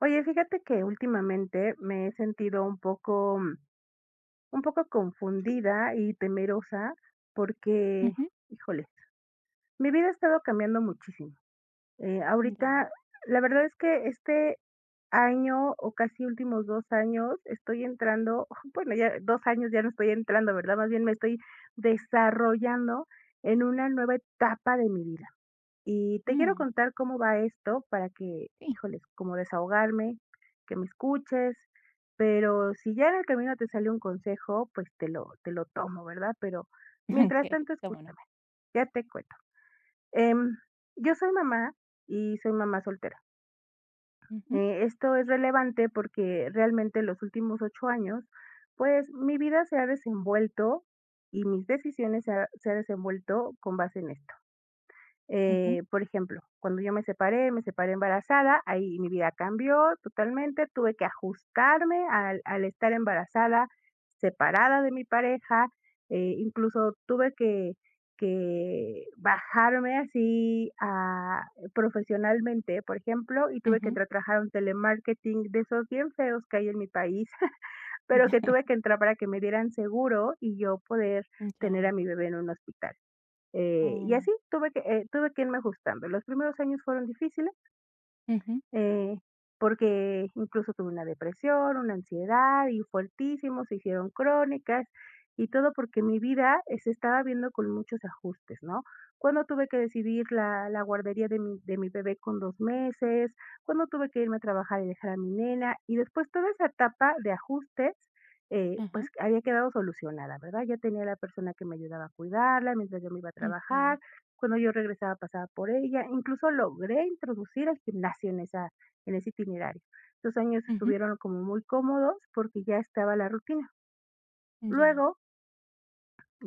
Oye, fíjate que últimamente me he sentido un poco confundida y temerosa porque, Ujú, híjole, mi vida ha estado cambiando muchísimo. Ya. Ahorita, la verdad es que este año o casi últimos 2 años estoy entrando, bueno, ya 2 años ya no estoy entrando, ¿verdad? Más bien me estoy desarrollando en una nueva etapa de mi vida. Y te quiero Mm, contar cómo va esto para que, sí, híjoles, como desahogarme, que me escuches, pero si ya en el camino te sale un consejo, pues te lo tomo, ¿verdad? Pero mientras okey, tanto, cómo no. escúchame, ya te cuento. Em, yo soy mamá y soy mamá soltera. Ujú, Esto es relevante porque realmente los últimos 8 años, pues mi vida se ha desenvuelto y mis decisiones se ha desenvuelto con base en esto. ujú, Por ejemplo, cuando yo me separé embarazada, ahí mi vida cambió totalmente, tuve que ajustarme al estar embarazada, separada de mi pareja, incluso tuve que bajarme así profesionalmente, por ejemplo, y tuve que ujú. entrar a trabajar a un telemarketing de esos bien feos que hay en mi país, pero que tuve que entrar para que me dieran seguro y yo poder tener a Ya. mi bebé en un hospital. Y así Oh. tuve que irme ajustando. Los primeros años fueron difíciles, Ujú, eh, porque incluso tuve una depresión, una ansiedad y fuertísimos se hicieron crónicas y todo porque mi vida, se estaba viendo con muchos ajustes, ¿no? Cuando tuve que decidir la guardería de mi bebé con 2 meses, cuando tuve que irme a trabajar y dejar a mi nena, y después toda esa etapa de ajustes, pues ajá, había quedado solucionada, ¿verdad? Ya tenía la persona que me ayudaba a cuidarla mientras yo me iba a trabajar, okey. cuando yo regresaba, pasaba por ella, incluso logré introducir el gimnasio en esa en ese itinerario. Los años Ujú, estuvieron como muy cómodos porque ya estaba la rutina. ya. Luego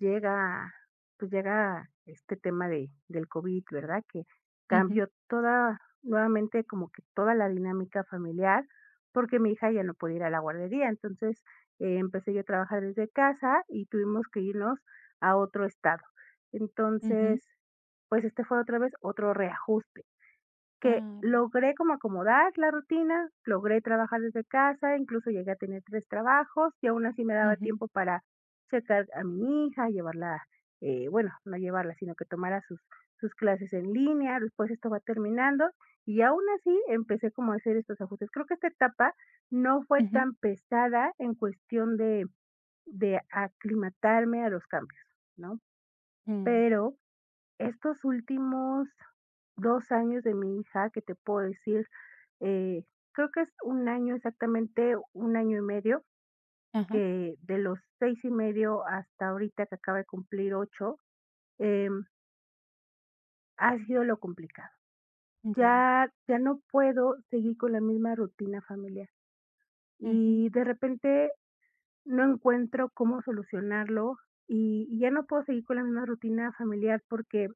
llega, pues llega este tema de del COVID, ¿verdad? Que Ujú, cambió toda, nuevamente como que toda la dinámica familiar, porque mi hija ya no podía ir a la guardería. Entonces, empecé yo a trabajar desde casa y tuvimos que irnos a otro estado. ujú, Entonces, pues este fue otra vez otro reajuste. Que claro. logré como acomodar la rutina, logré trabajar desde casa, incluso llegué a tener 3 trabajos, y aún así me daba Ujú, tiempo para checar a mi hija, llevarla, bueno, no llevarla, sino que tomara sus clases en línea, después esto va terminando, y aún así empecé como a hacer estos ajustes. Creo que esta etapa no fue ujú, tan pesada en cuestión de aclimatarme a los cambios, ¿no? mm, Pero estos últimos 2 años de mi hija, que te puedo decir, eh, creo que es un año exactamente, un año y medio, ajá, que de los 6 y medio hasta ahorita que acaba de cumplir 8, em, ha sido lo complicado. ya. Ya ya no puedo seguir con la misma rutina familiar, Ujú, y de repente no encuentro cómo solucionarlo, y ya no puedo seguir con la misma rutina familiar porque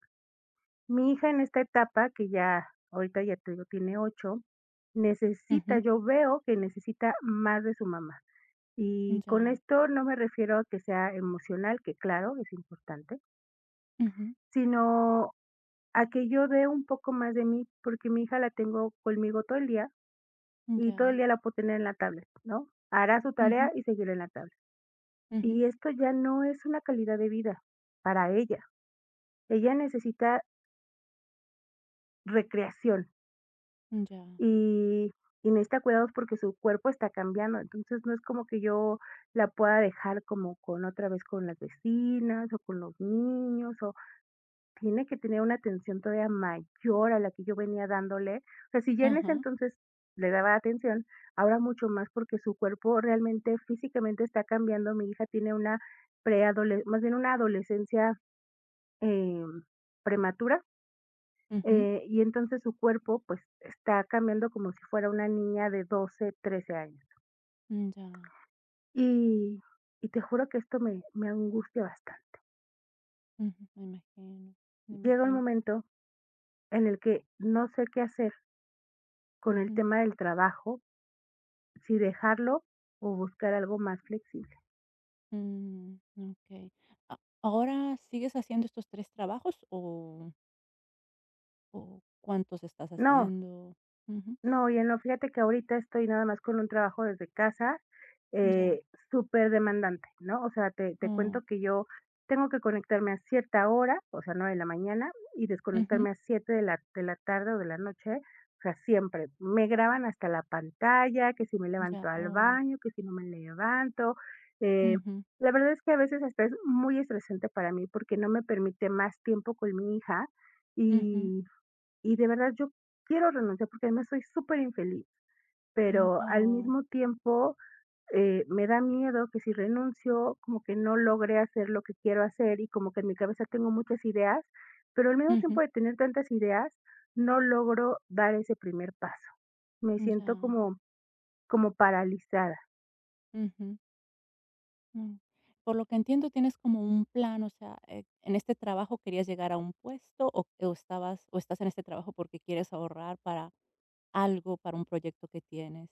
mi hija en esta etapa, que ya ahorita ya te digo, tiene 8, necesita, ujú, yo veo que necesita más de su mamá. Y con ya. esto no me refiero a que sea emocional, que claro, es importante, Ujú, sino a que yo dé un poco más de mí, porque mi hija la tengo conmigo todo el día y todo ya. el día la puedo tener en la tablet, ¿no? Hará su Ujú, tarea y seguirá en la tablet. ujú, Y esto ya no es una calidad de vida para ella. Ella necesita recreación, ya. y y necesita cuidados porque su cuerpo está cambiando. Entonces, no es como que yo la pueda dejar como con otra vez con las vecinas o con los niños, o tiene que tener una atención todavía mayor a la que yo venía dándole. O sea, si ya en ese Ajá. entonces le daba atención, ahora mucho más porque su cuerpo realmente físicamente está cambiando. Mi hija tiene una preadole más bien una adolescencia, em, prematura. Ujú, Y entonces su cuerpo, pues, está cambiando como si fuera una niña de 12, 13 años. ya. Y y te juro que esto me angustia bastante. Ujú, me imagino, me Llega un imagino. momento en el que no sé qué hacer con el Ujú. tema del trabajo, si dejarlo o buscar algo más flexible. Mm, okey. A ¿ahora sigues haciendo estos 3 trabajos o cuántos estás No, haciendo? Ujú, no, ya no, fíjate que ahorita estoy nada más con un trabajo desde casa, ya. eh, súper demandante, ¿no? O sea, te cuento Oh, que yo tengo que conectarme a cierta hora, o sea, 9 de la mañana, y ujú, desconectarme a 7 de la tarde o de la noche, o sea, siempre. Me graban hasta la pantalla, que si me ya. levanto al Oh, baño, que si no me levanto. Eh, ujú, la verdad es que a veces hasta es muy estresante para mí porque no me permite más tiempo con mi hija ujú, y y de verdad yo quiero renunciar porque además soy superinfeliz, mm, pero al oh, mismo tiempo, me da miedo que si renuncio, como que no logre hacer lo que quiero hacer y como que en mi cabeza tengo muchas ideas, pero al mismo ujú, tiempo de tener tantas ideas, no logro dar ese primer paso. Me siento ya, como paralizada. ujú, mm. Por lo que entiendo, tienes como un plan, o sea, en este trabajo querías llegar a un puesto o estabas o estás en este trabajo porque quieres ahorrar para algo, para un proyecto que tienes.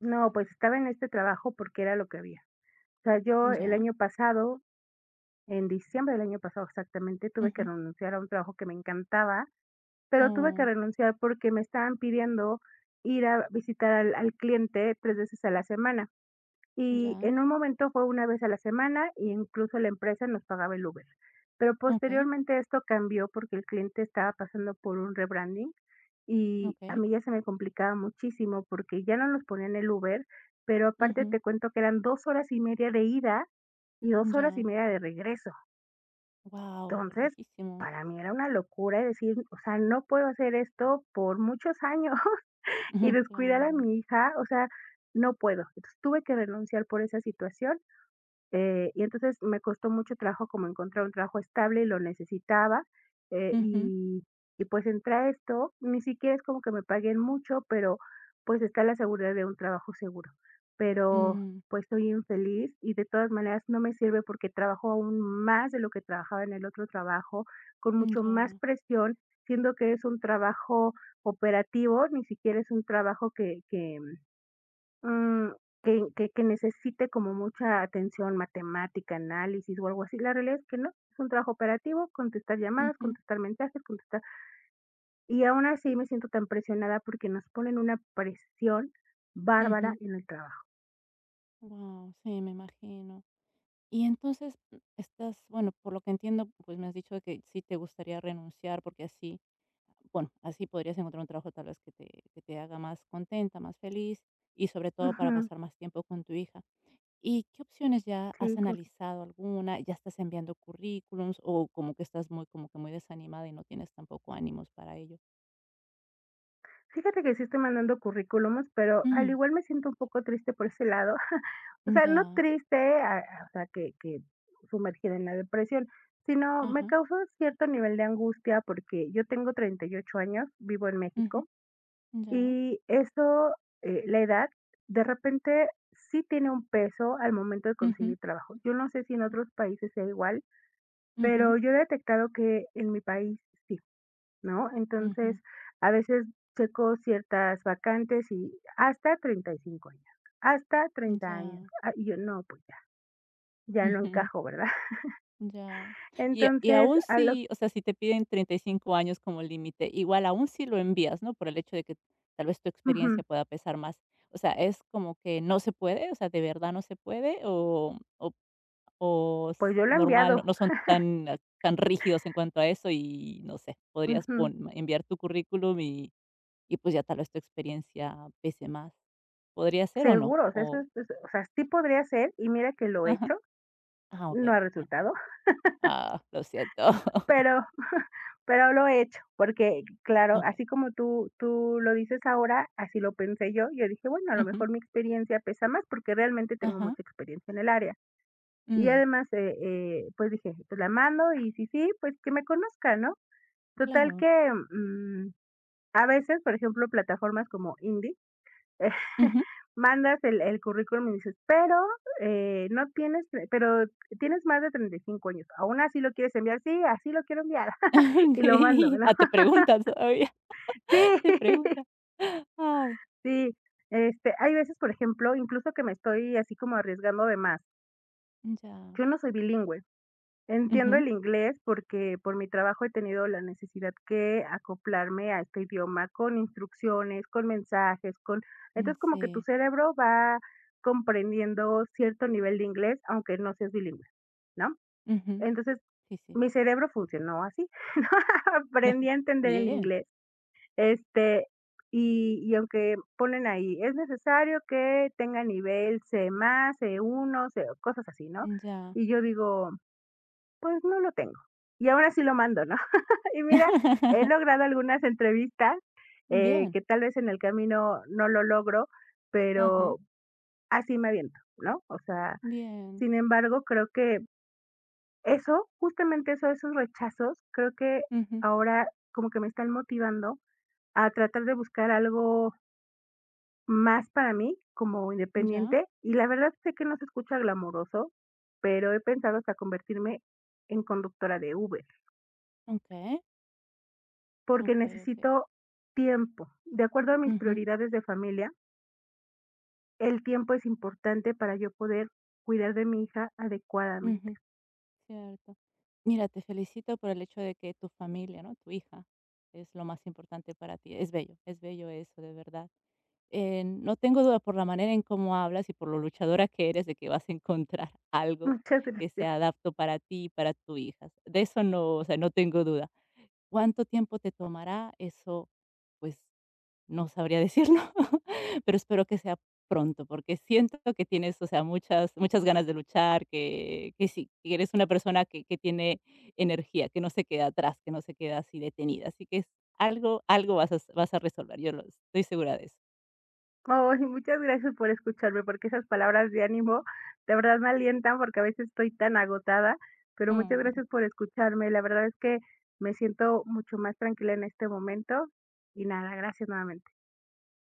No, pues estaba en este trabajo porque era lo que había. O sea, yo el Ya, año pasado, en diciembre del año pasado exactamente, tuve que ujú, renunciar a un trabajo que me encantaba. Pero tuve que oh, renunciar porque me estaban pidiendo ir a visitar al cliente 3 veces a la semana, y ya, en un momento fue una vez a la semana, e incluso la empresa nos pagaba el Uber. Pero okey. posteriormente esto cambió porque el cliente estaba pasando por un rebranding, y a Okay. mí ya se me complicaba muchísimo porque ya no nos ponían el Uber, pero aparte Ujú. te cuento que eran 2 horas y media de ida y dos horas y Ya. media de regreso. Wow, Entonces, lejísimo. para mí era una locura y decir, o sea, no puedo hacer esto por muchos años y Ujú, descuidar a claro. mi hija, o sea, no puedo. Entonces, tuve que renunciar por esa situación y entonces me costó mucho trabajo como encontrar un trabajo estable y lo necesitaba, eh, Ujú. y y pues entré a esto, ni siquiera es como que me paguen mucho, pero pues está la seguridad de un trabajo seguro. Pero Mm, pues soy infeliz y de todas maneras no me sirve porque trabajo aún más de lo que trabajaba en el otro trabajo, con mucho más ya. presión, siendo que es un trabajo operativo, ni siquiera es un trabajo que Mm, que necesite como mucha atención, matemática, análisis o algo así. La realidad es que no, es un trabajo operativo, contestar llamadas, Ujú, contestar mensajes, contestar y aún así me siento tan presionada porque nos ponen una presión bárbara ujú. en el trabajo. Guau, sí, me imagino. Y entonces, bueno, por lo que entiendo, pues me has dicho de que sí te gustaría renunciar porque así, bueno, así podrías encontrar un trabajo tal vez que te haga más contenta, más feliz y sobre todo para Ujú, pasar más tiempo con tu hija. ¿Y qué opciones ya has sí. analizado alguna? ¿Ya estás enviando currículums o como que estás muy como que muy desanimada y no tienes tampoco ánimos para ello? Fíjate que sí estoy mandando currículums, pero al Mm, igual me siento un poco triste por ese lado. O sea, no ya. triste, o sea, que sumergida en la depresión, sino me Ajá. causa cierto nivel de angustia porque yo tengo 38 años, vivo en Ujú. México, Ya. y eso, la edad, de repente sí tiene un peso al momento de Ujú. conseguir trabajo. Yo no sé si en otros países sea igual, Ujú. pero yo he detectado que en mi país sí, ¿no? Entonces, Ujú. a veces checo ciertas vacantes y hasta 35 años, hasta 30 años. Ya. Ah, y yo, no, pues ya, ya no Ujú. encajo, ¿verdad? Ya. Y Entonces, aún a lo si, o sea, si te piden 35 años como límite, igual aún si lo envías, ¿no? Por el hecho de que tal vez tu ujú, experiencia pueda pesar más. O sea, ¿es como que no se puede? O sea, ¿de verdad no se puede? ¿O O pues s yo lo he normal, no enviado, no son tan rígidos en cuanto a eso y no sé, podrías ujú, enviar tu currículum y pues ya tal vez tu experiencia pese más, ¿podría ser o no? seguro, o sea, eso O es- o sea, sí podría ser, y mira que lo he ajá. hecho, Ah, okey, no ha okey, bien. resultado, Ah, lo siento. pero, pero lo he hecho, porque claro, Okey. así como tú lo dices ahora, así lo pensé yo, yo dije, bueno, a lo Ujú. mejor mi experiencia pesa más porque realmente tengo Ajá. mucha experiencia en el área. Y Mm, además, pues dije, pues la mando y si sí, pues que me conozca, ¿no? Total claro. que, mm, a veces, por ejemplo, plataformas como indie Ujú. mandas el currículum y dices, pero, no tienes tre- pero tienes más de 35 años, ¿aún así lo quieres enviar? Sí, así lo quiero enviar. Y lo mando, Okey. ¿no? Ah, te preguntan todavía, te Sí, preguntan. Ay, sí. Este, hay veces, por ejemplo, incluso que me estoy así como arriesgando de más. ya. Yo no soy bilingüe. Entiendo Ujú. el inglés porque por mi trabajo he tenido la necesidad que acoplarme a este idioma con instrucciones, con mensajes, con Mm, entonces como que tu sí. cerebro va comprendiendo cierto nivel de inglés, aunque no seas bilingüe, ¿no? Ujú. Entonces, Sí, sí. mi cerebro funcionó así, ¿no? Aprendí a entender el Bien, inglés. Este, y aunque ponen ahí, es necesario que tenga nivel C+, más c uno C cosas así, ¿no? ya. Y yo digo pues no lo tengo. Y ahora sí lo mando, ¿no? Y mira, he logrado algunas entrevistas Bien, que tal vez en el camino no lo logro, ajá, pero así me aviento, ¿no? O sea, bien. sin embargo, creo que eso, justamente eso, esos rechazos, creo que Ujú, ahora como que me están motivando a tratar de buscar algo más para mí como ya, independiente. Y la verdad sé que no se escucha glamoroso, pero he pensado hasta convertirme en conductora de Uber. okey, Porque okey, okey. necesito tiempo. De acuerdo a mis Ujú, prioridades de familia, el tiempo es importante para yo poder cuidar de mi hija adecuadamente. ujú, cierto. Mira, te felicito por el hecho de que tu familia, ¿no?, tu hija, es lo más importante para ti. Es bello eso, de verdad. No tengo duda por la manera en cómo hablas y por lo luchadora que eres de que vas a encontrar algo Muchas que gracias. sea adapto para ti y para tu hija. De eso no, o sea, no tengo duda. ¿Cuánto tiempo te tomará? Eso, pues no sabría decirlo, pero espero que sea pronto, porque siento que tienes, o sea, muchas muchas ganas de luchar, que sí, que eres una persona que tiene energía, que no se queda atrás, que no se queda así detenida. Así que es algo vas a resolver, yo lo estoy segura de eso. Ay, muchas gracias por escucharme, porque esas palabras de ánimo de verdad me alientan porque a veces estoy tan agotada, pero muchas Mm. gracias por escucharme. La verdad es que me siento mucho más tranquila en este momento y nada, gracias nuevamente.